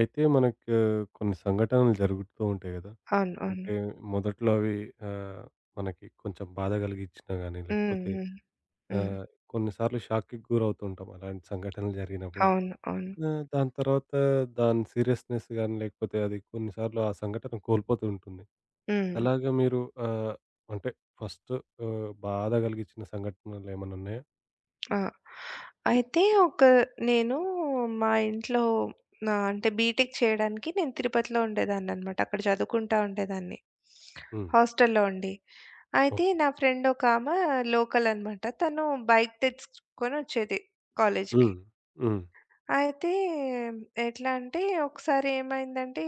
అయితే మనకు కొన్ని సంఘటనలు జరుగుతూ ఉంటాయి కదా! అవును. అవును. అంటే మొదట్లో అవి ఆహ్, మనకి కొంచెం బాధ కలిగించినా గానీ, హ్మ్. లేకపోతే హ్మ్. హ్మ్. ఆహ్, కొన్నిసార్లు షాక్‌కి గురవుతుంటాం అలాంటి సంఘటనలు జరిగినప్పుడు. అవును. అవును. దాని తర్వాత దాని సీరియస్‌నెస్ గానీ, లేకపోతే అది కొన్నిసార్లు ఆ సంఘటన కోల్పోతూ ఉంటుంది. హ్మ్. అలాగా మీరు ఆహ్, అంటే ఫస్ట్ బాధ కలిగించిన సంఘటనలు ఏమన్నా ఉన్నాయా? ఆ! అయితే ఒక నేను మా ఇంట్లో నా అంటే బీటెక్ చేయడానికి నేను తిరుపతిలో ఉండేదాన్ననమాట. అక్కడ చదువుకుంటా ఉండేదాన్ని. హ్మ్. హాస్టల్‌లో ఉండి. అయితే ఓకే. నా ఫ్రెండ్ ఒకామె లోకల్ అనమాట. తను బైక్ తెచ్చుకొనొచ్చేది కాలేజ్‌కి. హ్మ్. హ్మ్. అయితే ఎట్లా అంటే ఒకసారి ఏమైందంటే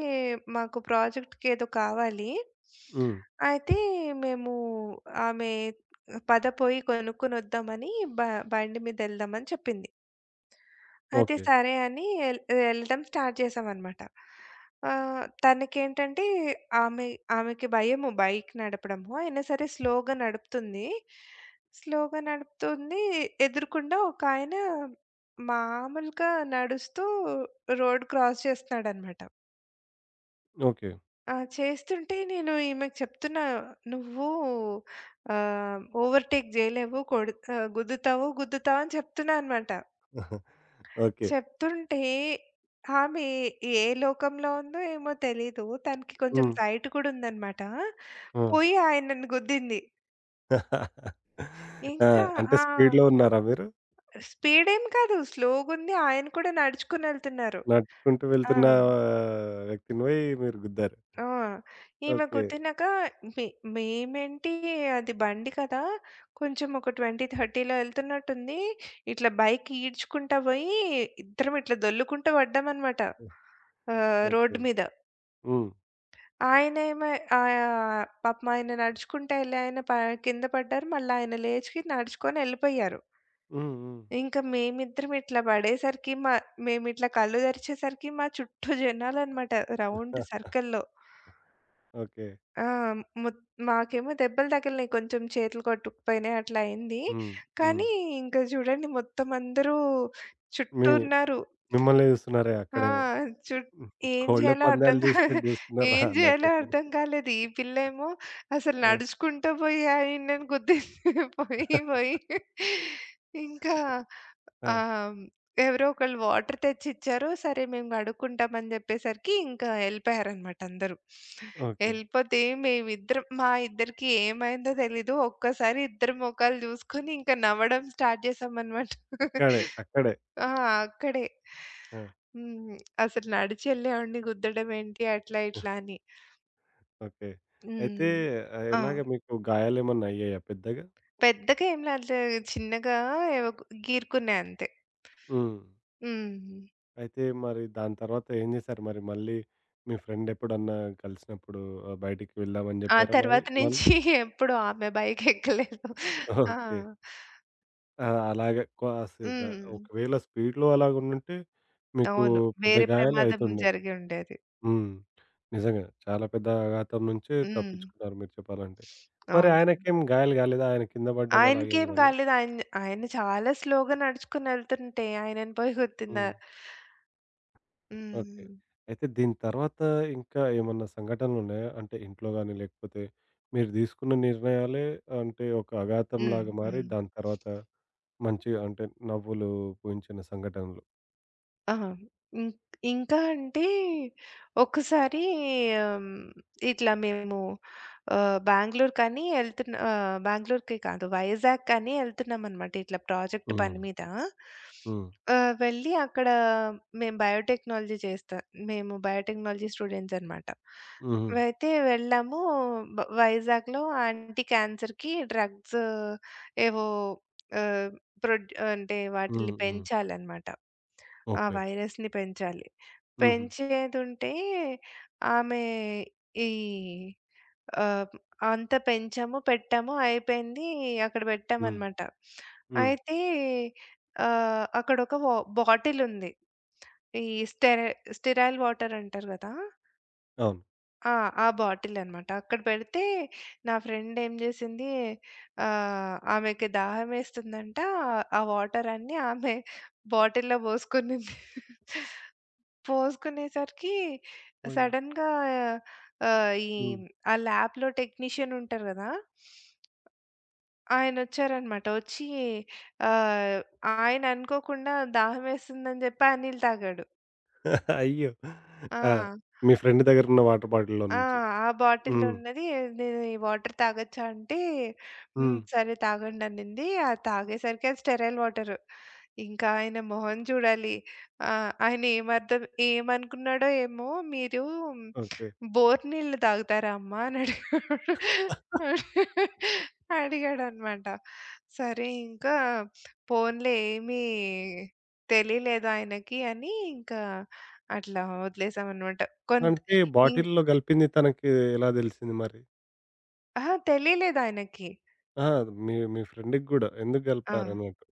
మాకు ప్రాజెక్ట్‌కి ఏదో కావాలి. హ్మ్. అయితే మేము ఆమె పద పోయి కొనుక్కొని వద్దామని బ బండి మీద వెళ్దామని చెప్పింది. అయితే ఓకే. సరే అని ఎళ్ళడం స్టార్ట్ చేశామనమాట. తనకేంటంటే ఆమె ఆమెకి భయము బైక్ నడపడము. అయినా సరే స్లోగా నడుపుతుంది. స్లోగా నడుపుతుంది. ఎదురుకుండా ఒకాయన మామూలుగా నడుస్తూ రోడ్ క్రాస్ చేస్తున్నాడనమాట. ఓకే. ఆ! చేస్తుంటే నేను ఈమెకు చెప్తున్నా, "నువ్వు ఓవర్‌టేక్ జేయలేవు. కొడు గుద్దుతావు, గుద్దుతావు" అని చెప్తున్నా అనమాట. ఓకే. చెప్తుంటే ఆమె ఏ లోకంలో ఉందో ఏమో తెలీదు. తనకి కొంచెం హ్మ్. సైట్ కూడా ఉందనమాట. హ్మ్. పోయి ఆయనను గుద్దింది. ఆ! ఇంకా అంటే ఆ! స్పీడ్‌లో ఉన్నారా మీరు? స్పీడేం కాదు. స్లోగుంది. ఆయన కూడా నడుచుకొనెళ్తున్నారు. నడుచుకుంటూ ఆ! వెళ్తున్న వ్యక్తిని పోయి మీరు గుద్దారు. ఆ! ఈమె ఓకే. గుద్దినాక మె మేమేంటి అది బండి కదా! కొంచెం ఒక 20, 30లో ఎళ్తున్నట్టుంది. ఇట్లా బైక్ ఈడ్చుకుంటా పోయి ఇద్దరం ఇట్లా దొర్లుకుంటూ పడ్డామనమాట. ఓకే. రోడ్డు మీద. హ్మ్. ఆయనేమో పాపం ఆయన నడుచుకుంటా ఎళ్ళి ఆయన ప కింద పడ్డారు. మళ్ళా ఆయన లేచి నడుచుకొని ఎళ్ళిపోయారు. హ్మ్. హ్మ్. ఇంక మేమిద్దరం ఇట్లా పడేసరికి మేమిట్లా కళ్ళు తెరిచేసరికి మా చుట్టూ జనాలనమాట రౌండ్ సర్కిల్‌లో. ఓకే. ఆ! మొ మాకేమో దెబ్బలు తగిలినాయి కొంచెం చేతులు కొట్టుకుపోయినాయి అట్లా అయింది. హ్మ్. హ్మ్. కానీ ఇంక చూడండి మొత్తం అందరూ మీ చుట్టూ ఉన్నారు. మిమ్మల్నే చూస్తున్నారే ఆ! అక్కడేమో. చుట్ ఏం కోళ్ళ జేయాలో అర్థం పందాలు చూసినట్టు చూస్తున్నారా ఏం జేయాలో అన్నట్టయిపోయింది. అర్థం కాలేదు. ఈ పిల్లేమో అసలు ఆ! నడుచుకుంటూ పోయి ఆయనని గుద్దేసింది పోయి పోయి. ఇంకా ఆ! ఆహ్, ఎవరో ఒకళ్ళు వాటర్ తెచ్చిచ్చారు. సరే మేము కడుక్కుంటాం అని జెప్పేసరికి ఇంకా ఎళ్ళిపోయారనమాట అందరూ. ఓకే. ఎళ్ళిపోతే మేమిద్దరం మా ఇద్దరికీ ఏమైందో తెలీదు. ఒక్కసారి ఇద్దరి మొఖాలు జూసుకొని ఇంకా నవ్వడం స్టార్ట్ జేశామనమాట. అక్కడే. అక్కడే. ఆ! అక్కడే. ఆ! హ్మ్. అసలు నడిచెళ్ళేవాడిని గుద్దడమేంటి అట్లా ఇట్లా అని. ఓకే. అయితే హ్మ్. ఆ! ఎలాగ మీకు గాయాలేమన్నా అయ్యాయా పెద్దగా? పెద్దగా ఏం లాగలేదు. చిన్నగా ఏవో గీరుకున్నా అంతే. హ్మ్. హ్మ్. అయితే మరి దాని తర్వాత ఏం జేశారు? మరి మళ్ళీ మీ ఫ్రెండ్ ఎప్పుడన్నా కలిసినప్పుడు బయటికి వెళ్దామని ఆ జెప్పారా మరి తర్వాత మళ్ళీ? నుంచి ఎప్పుడు ఆమె బైకెక్కలేదు. ఆ! ఓకే. ఆ! అలాగే క్లాస్‌గా హ్మ్. ఒకవేళ స్పీడ్‌లో అలాగుండుంటే మీకు అవును. పెద్ద వేరే గాయాలే ప్రమాదం అయితుండే. జరిగి ఉండేది. హ్మ్. నిజంగా. చాలా పెద్ద ఆఘాతం నుంచి హ్మ్. తప్పించుకున్నారు మీరు చెప్పాలంటే. మరి అవునవును. ఆయనకేం గాయాలు గాలేదా? ఆయన కింద పడ్డం అలాగేం ఆయనకేం గాలేదా? కాలేదు. ఆయన ఆయన చాలా స్లోగా నడుచుకొని ఎళ్తుంటే ఆయనని పోయి గుద్దినా. హ్మ్. ఓకే. హ్మ్. అయితే దీని తర్వాత ఇంకా ఏమన్నా సంఘటనలున్నాయా? అంటే ఇంట్లో గాని, లేకపోతే మీరు తీసుకున్న నిర్ణయాలే అంటే ఒక హ్మ్. అఘాతంలాగా మారి, హ్మ్. దాని తర్వాత మంచి అంటే నవ్వులు పూయించిన సంఘటనలు? ఆహా! ఇం ఇంకా అంటే ఒక్కసారి హ్మ్, ఇట్లా మేము ఆహ్, బెంగుళూరు కానీ ఎళ్తున్న ఆహ్, బెంగుళూరుకి కాదు వైజాగ్ కానీ ఎళ్తున్నామనమాట ఇట్లా ప్రాజెక్ట్ హ్మ్. పని మీద. హ్మ్. వెళ్ళి అక్కడ మేము బయోటెక్నాలజీ చేస్తా మేము బయోటెక్నాలజీ స్టూడెంట్స్ అనమాట. హుహు. అయితే వెళ్ళాము వైజాగ్‌లో యాంటీ క్యాన్సర్‌కి డ్రగ్స్ ఏవో ఆహ్, ప్రొడ్ అంటే వాటిల్ని హ్మ్. హ్మ్. పెంచాలనమాట. ఆ ఓకే. వైరస్‌ని పెంచాలి. హుహు. పెంచేదుంటే ఆమె ఈ ఆహ్, అంత పెంచాము, పెట్టాము అయిపోయింది. అక్కడ హ్మ్. పెట్టామనమాట. హ్మ్. అయితే ఆహ్, అక్కడొక వా బాటిలుంది. ఈ స్టెరై స్టెరైల్ వాటర్ అంటారు గదా! అవును. ఆ! ఆ బాటిలనమాట. అక్కడ పెడితే నా ఫ్రెండ్ ఏం జేసింది ఆమెకి దాహమేస్తుందంట. ఆ వాటర్ అన్నీ ఆమె బాటిల్‌లో బోసుకునింది. పోసుకునేసరికి అయ్యో! సడెన్‌గా ఆహ్, ఈ హ్మ్. ఆ ల్యాబ్‌లో టెక్నీషియన్ ఉంటారు గదా! ఆయనొచ్చారనమాట. వచ్చి ఆహ్, ఆయన అనుకోకుండా దాహమేస్తుందని జెప్పి ఆ నీళ్ళు తాగాడు. అయ్యో! ఆ! ఆ! మీ ఫ్రెండ్ దగ్గరున్న వాటర్ బాటిల్‌లో ఆ! నుంచి. ఆ బాటిల్‌లో హ్మ్. ఉన్నది నేను ఈ వాటర్ తాగొచ్చా అంటే, హ్మ్. హ్మ్. సరే తాగండనింది. అది తాగేసరికి అది స్టెరైల్ వాటరు. ఇంకా ఆయన మొహం చూడాలి. ఆహ్, ఆయన ఏమర్థం ఏమనుకున్నాడో ఏమో మీరు ఓకే. బోరు నీళ్ళు తాగుతారా అమ్మా అని అడిగాడు. అడిగాడనమాట. సరే ఇంకా పోన్లే ఏమీ తెలియలేదు ఆయనకి అని ఇంకా అట్లా వదిలేసామనమాట. కొంత్ అంటే ఇం బాటిల్‌లో గలిపింది తనకి ఎలా దెలిసింది మరి? అహా! తెలియలేదాయనకి. ఆ! మీ మీ ఫ్రెండ్‌కి గూడా ఎందుకు ఆ! గలిపారన్నట్టు.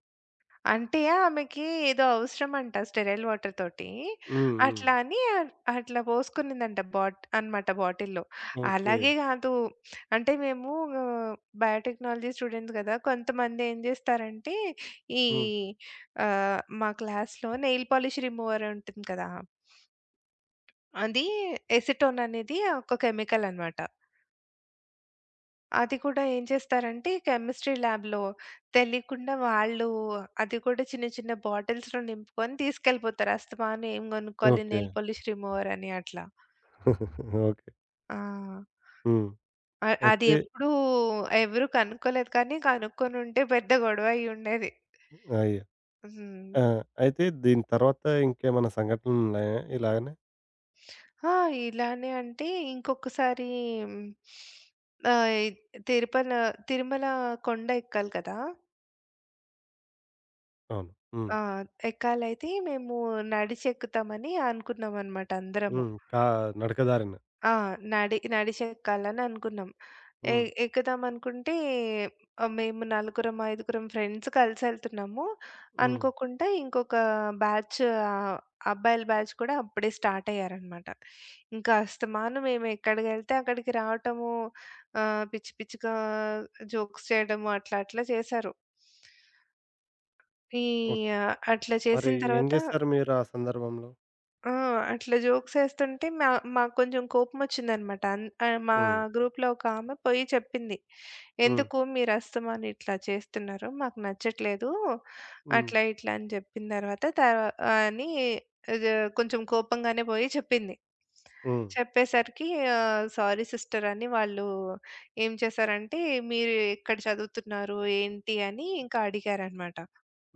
అంటే ఆమెకి ఏదో అవసరమంట స్టెరైల్ వాటర్ తోటి. హ్మ్. హ్మ్. అట్లా అని అట్లా పోసుకునిందంట అనమాట బాటిల్‌లో. ఓకే. అలాగే కాదు అంటే మేము బయోటెక్నాలజీ స్టూడెంట్స్ కదా! కొంతమంది ఏం చేస్తారంటే ఈ హ్మ్. మా క్లాస్‌లో నెయిల్ పాలిష్ రిమూవర్ ఉంటుంది కదా! అది ఎసిటోన్ అనేది ఒక కెమికల్ అనమాట. అది కూడా ఏం చేస్తారంటే కెమిస్ట్రీ ల్యాబ్‌లో తెలియకుండా వాళ్ళు అది కూడా చిన్న చిన్న బాటిల్స్‌లో నింపుకొని తీసుకెళ్ళిపోతారు. అస్తమాను ఏం కొనుక్కోవాలి ఓకే. నెయిల్ పాలిష్ రిమూవర్ అని అట్లా. ఓకే. ఆ! హ్మ్. అది అయితే ఎప్పుడూ ఎవరు కనుక్కోలేదు. కానీ కనుక్కొనుంటే పెద్ద గొడవ అయ్యుండేది. అయ్యో! హ్మ్. ఆ! అయితే దీని తర్వాత ఇంకేమన్నా సంఘటనలున్నాయా ఇలాగనే? ఆ! ఇలానే అంటే ఇంకొకసారి హ్మ్, ఆహ్, తిరుపల తిరుమల కొండ ఎక్కాలి కదా! అవును. హ్మ్. ఆ! ఎక్కాలైతే మేము నడిచెక్కుతామని అనుకున్నామనమాట అందరము. హ్మ్. కా నడక దారిన. ఆ! నడిచెక్కాలని అనుకున్నాం. ఎ హ్మ్. ఎక్కుదాం అనుకుంటే మేము నలుగురం, ఐదుగురం ఫ్రెండ్స్ కలిసెళ్తున్నాము. హ్మ్. అనుకోకుండా ఇంకొక బ్యాచ్ ఆహ్, అబ్బాయిల బ్యాచ్ కూడా అప్పుడే స్టార్ట్ అయ్యారనమాట. ఇంకా అస్తమాను మేము ఎక్కడికెళ్తే అక్కడికి రావటము, పిచ్చి పిచ్చిగా జోక్స్ చేయడము అట్లా అట్లా చేశారు. ఈ ఓకే. ఆ, అట్లా మరి చేసిన ఏం తర్వాత జేశారు మీరు ఆ సందర్భంలో? ఆ! అట్లా జోక్సేస్తుంటే మాకు కొంచెం కోపమొచ్చిందనమాట. మా హ్మ్. గ్రూప్‌లో ఒక ఆమె పోయి చెప్పింది. హ్మ్. "ఎందుకు మీరు అస్తమాను ఇట్లా చేస్తున్నారు? మాకు నచ్చట్లేదు." హ్మ్. అట్లా ఇట్లా అని చెప్పిన తర్వాత తర్ అని ఇది కొంచెం కోపంగానే పోయి చెప్పింది. హ్మ్. చెప్పేసరికి "సారీ సిస్టర్" అని వాళ్ళు ఏం చేశారంటే, "మీరు ఎక్కడ చదువుతున్నారు? ఏంటి?" అని ఇంకా అడిగారనమాట.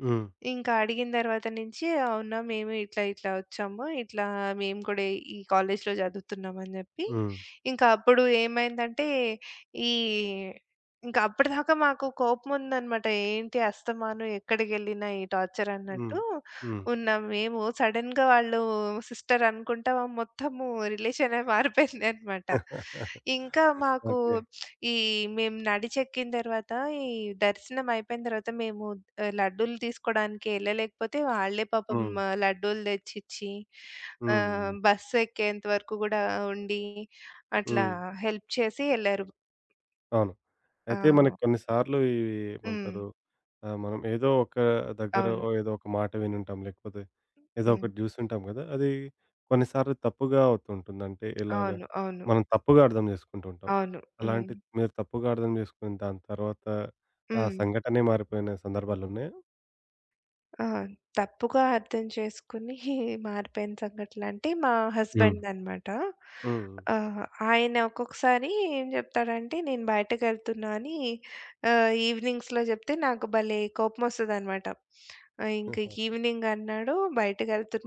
హ్మ్. ఇంకా అడిగిన తర్వాత నుంచి అవునా! మేము ఇట్లా ఇట్లా వచ్చాము. ఇట్లా మేము కూడా ఈ కాలేజ్‌లో చదువుతున్నాం అని చెప్పి, హ్మ్. ఇంకా అప్పుడు ఏమైందంటే ఈ ఇంకా అప్పటిదాకా మాకు కోపం ఉందన్నమాట. ఏంటి అస్తమాను ఎక్కడికెళ్ళినా ఈ టార్చర్ హ్మ్. అన్నట్టు హ్మ్. ఉన్నాం మేము. సడెన్‌గా వాళ్ళు సిస్టర్ అనుకుంటా మొత్తము రిలేషనే మారిపోయిందన్నమాట. ఇంకా మాకు ఓకే. ఈ మేము నడిచెక్కిన తర్వాత, ఈ దర్శనం అయిపోయిన తర్వాత మేము లడ్డూలు తీసుకోడానికి ఎళ్ళలేకపోతే వాళ్ళే పాపం హ్మ్. ఆ, లడ్డూలు తెచ్చిచ్చి, హ్మ్. బస్సు ఎక్కేంత వరకు గూడా ఉండి, అట్లా హ్మ్. హెల్ప్ చేసి ఎళ్లారు. అవును. ఆ! అయితే మనకు కొన్ని సార్లు ఇవి హ్మ్. ఏమంటారు? మనం ఏదో ఒక దగ్గర అవును. ఓ ఏదో ఒక మాట వినుంటాం. లేకపోతే ఏదో హ్మ్. ఒకటి జూసుంటాం గదా! అది కొన్నిసార్లు తప్పుగా అవుతుంటుంది. అంటే ఎలాగా? అవును. అవును. మనం తప్పుగా అర్థం జేసుకుంటూ ఉంటాం. అవును. హ్మ్. అలాంటి మీరు తప్పుగా అర్థం జేసుకుని దాని తర్వాత ఆ హ్మ్. సంఘటనే మారిపోయిన సందర్భాలున్నాయా? ఆ! తప్పుగా అర్థం చేసుకొని మారిపోయిన సంఘటనంటే మా హ్మ్. హస్బెండ్ అనమాట. హ్మ్. హ్మ్. ఆహ్, ఆయన ఒక్కొక్కసారి ఏం చెప్తాడంటే నేను బయటకెళ్తున్నా అని ఈవినింగ్స్‌లో చెప్తే నాకు భలే కోపమొస్తదనమాట. ఇంక ఓహో! ఈవినింగ్ అన్నాడు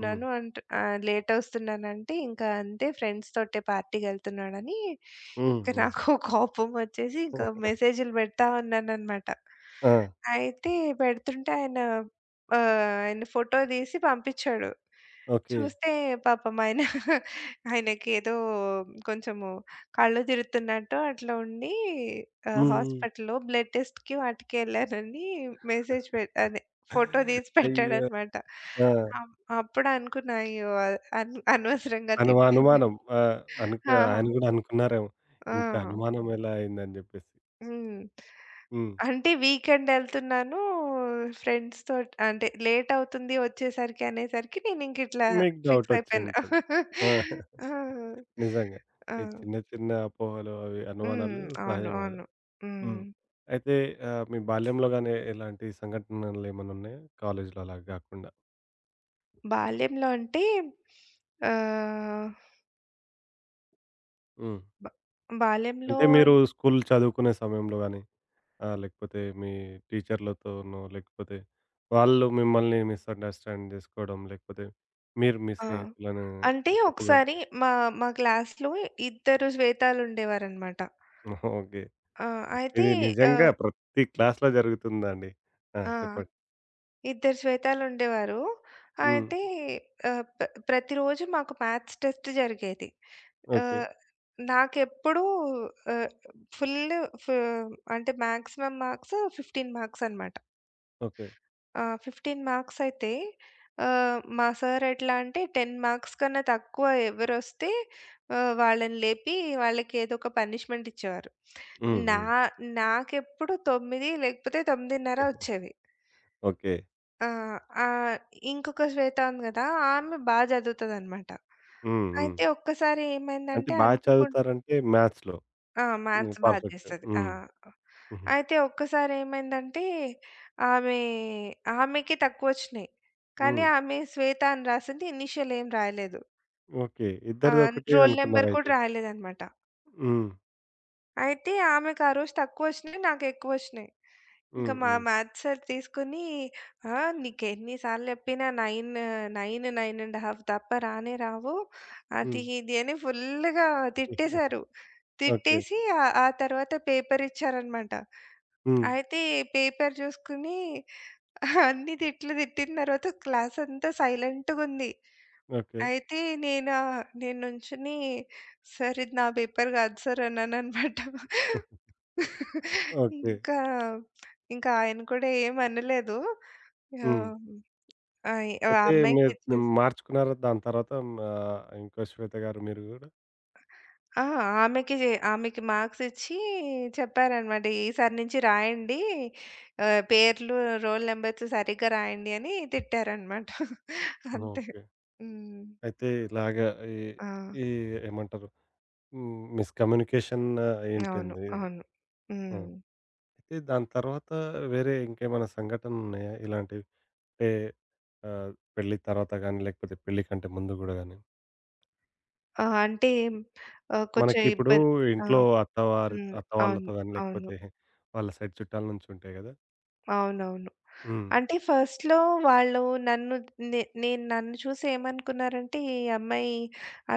హ్మ్. అంట్ ఆహ్, లేట్ వస్తున్నానంటే ఇంకా అంతే ఫ్రెండ్స్ తోటే పార్టీకెళ్తున్నాడని హ్మ్. ఇంక హ్మ్. నాకు కోపం వచ్చేసి ఇంకా మెసేజ్‌లు పెడతా ఉన్నాననమాట. ఆ! అయితే పెడుతుంటే ఆయన ఫోటో తీసి పంపించాడు. ఓకే. చూస్తే పాపం ఆయన ఆయనకేదో కొంచెము కళ్ళు తిరుగుతున్నట్టు అట్లా ఉండి హ్మ్. హ్మ్. హాస్పిటల్‌లో బ్లడ్ టెస్ట్‌కి వాటికి ఎళ్ళానని మెసేజ్ పె అదే ఫోటో తీసి అయ్యో! పెట్టాడనమాట. ఆ! అప్ అప్పుడు అనుకున్నా అయ్యో! అనవసరంగా తిట్టాను. అనుమానం. ఆ! ఆ! ఆయన గూడా అనుకున్నారేమో. ఇంత ఆ! అనుమానం ఎలా అయిందని జెప్పేసి. హ్మ్. హ్మ్. అంటే వీకెండెళ్తున్నాను. ఫ్రెండ్స్‌తోటి అంటే లేటవుతుంది వచ్చేసరికి అనేసరికి నేనింకిట్లా మీకు ఫిక్స్ అయిపోయాను. డౌటొచ్చింటది. ఆ! ఆ! నిజంగా. ఆ! ఈ చిన్న చిన్న అపోహలు అవి అనుమానాలు హ్మ్. అవును. సహజమే గదా! అవును. హ్మ్. హ్మ్. అయితే మీ బాల్యంలో గాని ఎలాంటి సంఘటనలేమన్నున్నాయా? కాలేజీలో అలాగ గాకుండా. బాల్యంలో అంటే ఆహ్, హ్మ్. బ బాల్యంలో అంటే మీరు స్కూల్ చదువుకునే సమయంలో గాని ఆ! లేకపోతే మీ టీచర్‌లతోనో, లేకపోతే వాళ్ళు మిమ్మల్ని మిస్‌అండర్‌స్టాండ్ జేసుకోవడం, లేకపోతే మీరు మీ ఆ! స్నేహితులను అంటే తప్పుగా ఒకసారి మా మా క్లాస్‌లో ఇద్దరు శ్వేతాలుండేవారనమాట. ఓకే. ఆ! అయితే ఇది నిజంగా ఆహ్, ప్రతి క్లాస్‌లో జరుగుతుందండి. ఆ! ఆ! చెప్పండి. ఇద్దరు శ్వేతాలుండేవారు. హ్మ్. అయితే ఆహ్, ప ప్రతిరోజు మాకు మ్యాథ్స్ టెస్ట్ జరిగేది. ఓకే. ఆహ్, నాకెప్పుడూ ఆహ్, ఫుల్లు ఫు అంటే మాక్సిమం మార్క్స్ 15 మార్క్స్ అనమాట. ఓకే. ఆ! 15 మార్క్స్ అయితే మా సార్ ఎట్లా అంటే 10 మార్క్స్ కన్నా తక్కువ ఎవరొస్తే వాళ్ళని లేపి వాళ్ళకి ఏదో ఒక పనిష్మెంట్ ఇచ్చేవారు. హ్మ్. నా హ్మ్. నాకెప్పుడు 9 లేకపోతే 9:30 వచ్చేవి. ఓకే. ఆ! ఆహ్, ఇంకొక శ్వేత ఉంది గదా! ఆమె బా చదువుతదనమాట. హ్మ్. హ్మ్. అయితే ఒక్కసారి అంటే ఏమైందంటే బాగా చదువుతారంటే మ్యాథ్స్‌లో. ఆ! హ్మ్. మ్యాథ్స్ బా పర్ఫెక్ట్. చేస్తది. ఆ! హ్మ్. హుహు. అయితే ఒక్కసారి ఏమైందంటే ఆమె ఆమెకి తక్కువొచ్చినాయి. కానీ హ్మ్. ఆమె శ్వేత అని రాసింది ఇనీషియల్ ఏం రాయలేదు. ఓకే. ఇద్దరిది ఒకటే రోల్ నంబర్ కూడా అనుకున్నారయితే. రాయలేదనమాట. హ్మ్. అయితే ఆమెకి ఆ రోజు తక్కువొచ్చినియి. నాకెక్కువొచ్చినియి. ఇంక హ్మ్. మా హ్మ్. మ్యాథ్స్ సార్ తీసుకొని "ఆ! నీకెన్ని సార్లు జెప్పినా 9, 9, 9 ½ తప్ప రానే రావు" అది హ్మ్. ఇది అని ఫుల్లుగా తిట్టేశారు. ఓకే. తిట్టేసి ఆ తర్వాత పేపర్ ఇచ్చారనమాట. హ్మ్. అయితే పేపర్ జూసుకుని అన్ని తిట్లు తిట్టిన తర్వాత క్లాసంతా సైలెంట్‌గుంది. ఓకే. అయితే నేను నుంచుని "సార్ ఇది నా పేపర్ గాదు సార్" అన్నాననమాట. ఓకే. ఇంకా, ఇంకా ఆయన కూడా ఏమనలేదు. హ్మ్. ఆహ్, ఆహ్, ఆ అయితే అమ్మాయికి మీరు ఇచ్చేసి మార్చుకున్నారా దాని తర్వాత ఇంకో శ్వేత గారు మీరు గూడా? ఆ! ఆమెకి మార్క్స్ ఇచ్చి చెప్పారనమాట. ఈసారి నుంచి రాయండి. పేర్లు, రోల్ నంబర్స్ సరిగ్గా రాయండి అని తిట్టారనమాట. అంతే. ఓకే. హ్మ్. అయితే ఇలాగ ఈ ఆ! ఈ ఏమంటారు హ్మ్. మిస్‌కమ్యూనికేషన్ అవును. ఏంటింది ఇది? అవును. ఆ! హ్మ్. అయితే దాని తర్వాత వేరే ఇంకేమైనా సంఘటనలున్నాయా ఇలాంటివి? అంటే ఆహ్, పెళ్లి తర్వాత గానీ, లేకపోతే పెళ్లి కంటే ముందు గూడా గానీ? ఆ! అంటే కొంచెం మనకిప్పుడు ఇబ్బంది ఆ! ఇంట్లో అత్తవారి హ్మ్. అత్తవాళ్ళతో అవును. గానీ, అవును. లేకపోతే వాళ్ళ సైడ్ చుట్టాల నుంచి ఉంటాయి గదా! అవునవును. హ్మ్. అంటే ఫస్ట్‌లో వాళ్ళు నన్ను నేను నన్ను చూసి ఏమనుకున్నారంటే, ఈ అమ్మాయి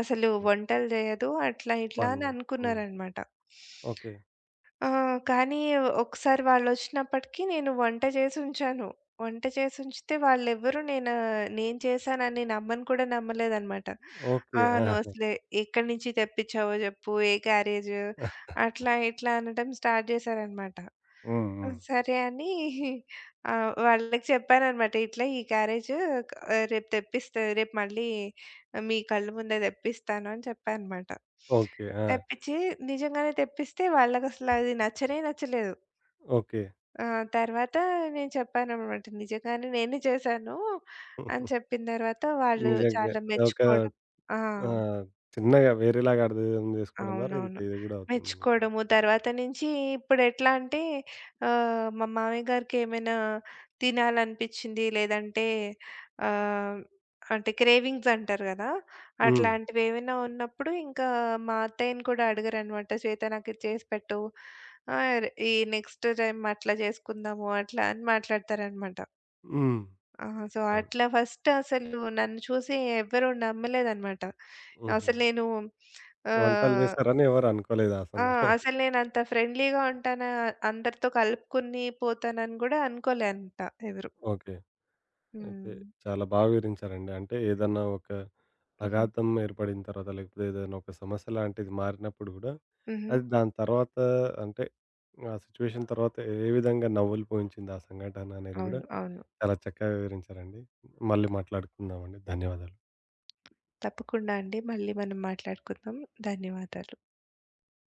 అసలు హ్మ్. వంటలు జేయదు అట్లా ఇట్లా వాళ్ళు అని హ్మ్. అనుకున్నారనమాట. ఓకే. ఆ! కానీ ఒకసారి వాళ్ళొచ్చినప్పటికి నేను వంట చేసుంచాను. వంట చేసుంచితే వాళ్ళెవ్వరూ నేను నేను చేశానని నమ్మను కూడా నమ్మలేదనమాట. ఓకే. ఆ! "నువ్వసలే ఎక్కడి నుంచి తెప్పించావో జెప్పు, ఏ క్యారేజ్" ఆ! అట్లా ఇట్లా అనడం స్టార్ట్ జేశారనమాట. హ్మ్. హ్మ్. సరే అని ఆ! వాళ్ళకి చెప్పాననమాట. "ఇట్లా ఈ క్యారేజ్ క రేపు తెప్పిస్తా రేపు మళ్ళీ మీ కళ్ళ ముందే తెప్పిస్తాను" అని చెప్పా అనమాట. ఓకే. ఆ! తెప్పించి నిజంగానే తెప్పిస్తే వాళ్ళకసలు అది నచ్చనే నచ్చలేదు. ఓకే. ఆ! తర్వాత నేను చెప్పాననమాట. నిజంగానే నేనే చేశాను అని చెప్పిన తర్వాత వాళ్ళు నిజంగా. చాలా ఒక మెచ్చుకోవడం. ఆ! ఆహ్, చిన్నగా వేరేలాగా అర్థం చేసుకోవడం ద్వారా ఇంత అవునవును. ఇది గూడా అవుతుంది మనకి. మెచ్చుకోవడము. తర్వాత నుంచి ఇప్పుడెట్లా అంటే మా మామయ్య గారికేమైనా తినాలనిపిచ్చింది లేదంటే ఆహ్, అంటే క్రేవింగ్స్ అంటారు గదా! హ్మ్. అట్లాంటివేమైనా ఉన్నప్పుడు ఇంకా మా అత్తయ్యని కూడా అడగరనమాట. "శ్వేత నాకిది చేసి పెట్టు. ఈ నెక్స్ట్ టైమ్ అట్లా చేసుకుందాము" అట్లా అని మాట్లాడతారనమాట. హ్మ్. ఆ! సో, అవును. అట్లా ఫస్ట్ అసలు నన్ను చూసి ఎవ్వరు నమ్మలేదనమాట. హుహు. అసలు నేను వంటలు ఆహ్, చేశారని ఎవరు అనుకోలేదు ఆ ఆ! సందర్భం. అసలు నేనంత ఫ్రెండ్లీగా ఉంటానా అందరితో కలుపుకొని పోతానని గూడా అనుకోలే అంత ఎవరు. ఓకే. అయితే హ్మ్. చాలా బాగా వివరించారండి. అంటే ఏదన్నా ఒక హుహు. అఘాతం ఏర్పడిన తర్వాత లేకపోతే ఏదైనా ఒక సమస్య లాంటిది మారినప్పుడు గూడా హుహు. అది దాని తర్వాత అంటే ఆ సిట్యుయేషన్ తర్వాత ఏ విధంగా నవ్వులు పూయించింది ఆ సంఘటన అనేది గూడా అవును. అవును. చాలా చక్కగా వివరించారండి. మళ్ళీ మాట్లాడుకుందామండి. ధన్యవాదాలు. తప్పకుండా అండి. మళ్ళీ మనం మాట్లాడుకుందాం. ధన్యవాదాలు.